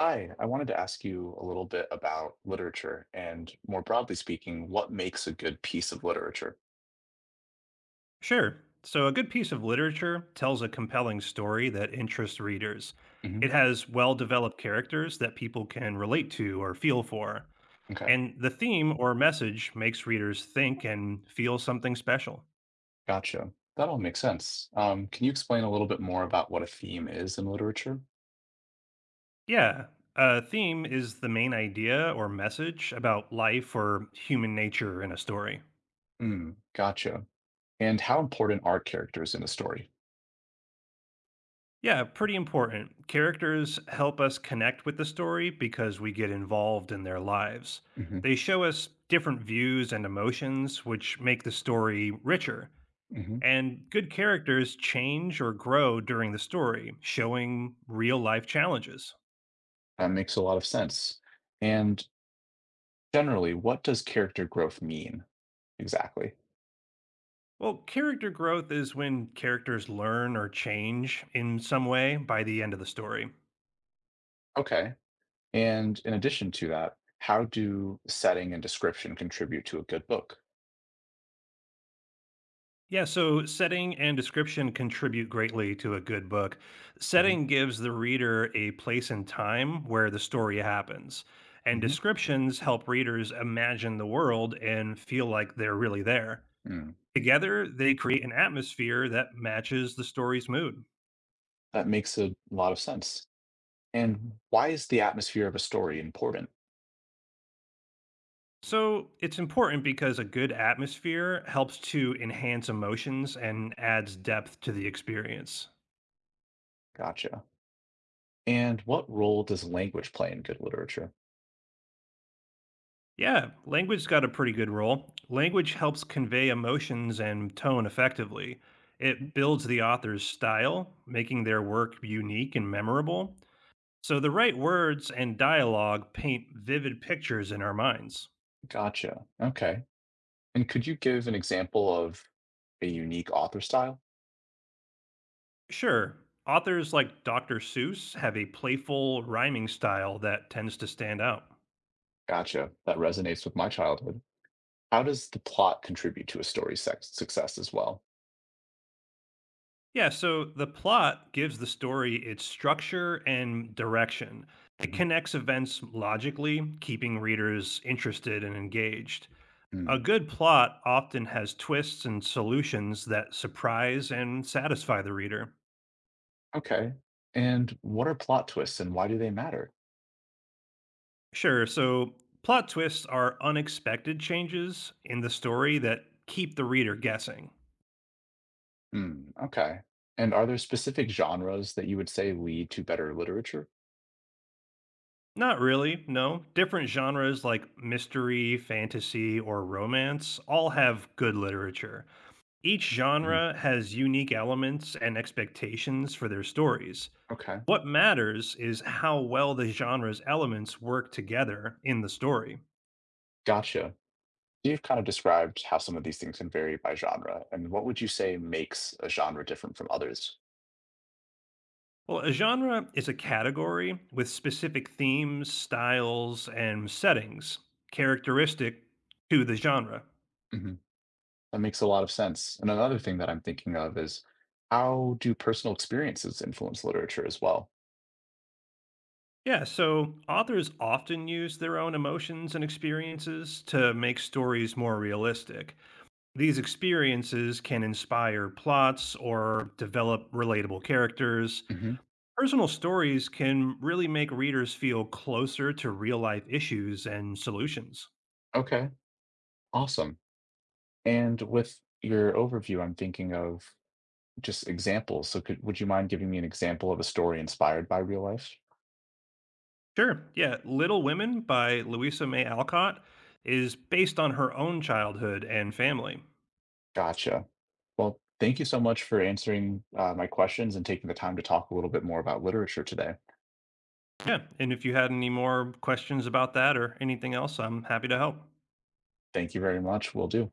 Hi, I wanted to ask you a little bit about literature and, more broadly speaking, what makes a good piece of literature? Sure. So, a good piece of literature tells a compelling story that interests readers. It Hmm. has well developed characters that people can relate to or feel for. Okay, And the theme or message makes readers think and feel something special. gotcha. That all makes sense. Can you explain a little bit more about what a theme is in literature? Yeah, a theme is the main idea or message about life or human nature in a story. Mm, gotcha. And how important are characters in a story? Yeah, pretty important. Characters help us connect with the story because we get involved in their lives. Hmm. They show us different views and emotions, which make the story richer. Hmm. And good characters change or grow during the story, showing real life challenges. That makes a lot of sense. And generally, what does character growth mean exactly? Well, character growth is when characters learn or change in some way by the end of the story. Okay. And in addition to that, how do setting and description contribute to a good book? Yeah, so setting and description contribute greatly to a good book. Setting gives the reader a place and time where the story happens, and Mhm. descriptions help readers imagine the world and feel like they're really there. Mm. Together, they create an atmosphere that matches the story's mood. That makes a lot of sense. And why is the atmosphere of a story important? So, it's important because a good atmosphere helps to enhance emotions and adds depth to the experience. Gotcha. And what role does language play in good literature? Yeah, language's got a pretty good role. Language helps convey emotions and tone effectively. Mhm. It builds the author's style, making their work unique and memorable. So the right words and dialogue paint vivid pictures in our minds. Gotcha. Okay. And could you give an example of a unique author style? Sure, authors like Dr. Seuss have a playful rhyming style that tends to stand out. Gotcha. That resonates with my childhood. How does the plot contribute to a story's success as well? Yeah, so the plot gives the story its structure and direction. It Mhm. connects events logically, keeping readers interested and engaged. A Mm. good plot often has twists and solutions that surprise and satisfy the reader. Okay. And what are plot twists and why do they matter? Sure, so plot twists are unexpected changes in the story that keep the reader guessing. Mm. Okay. And are there specific genres that you would say lead to better literature? Not really, no. Different genres like mystery, fantasy, or romance all have good literature. Each Mhm. genre has unique elements and expectations for their stories. Okay, What matters is how well the genre's elements work together in the story. gotcha. You've kind of described how some of these things can vary by genre, and what would you say makes a genre different from others? Well, a genre is a category with specific themes, styles, and settings characteristic to the genre. Hmm. That makes a lot of sense. And another thing that I'm thinking of is how do personal experiences influence literature as well? Yeah, so authors often use their own emotions and experiences to make stories more realistic. These experiences can inspire plots or develop relatable characters. Hmm. Personal stories can really make readers feel closer to real life issues and solutions. Okay, awesome. And with your overview, I'm thinking of just examples. So, would you mind giving me an example of a story inspired by real life? Sure, yeah, Little Women by Louisa May Alcott is based on her own childhood and family. Gotcha. Well, thank you so much for answering my questions and taking the time to talk a little bit more about literature today. Yeah, and if you had any more questions about that or anything else, I'm happy to help. Thank you very much. Will do.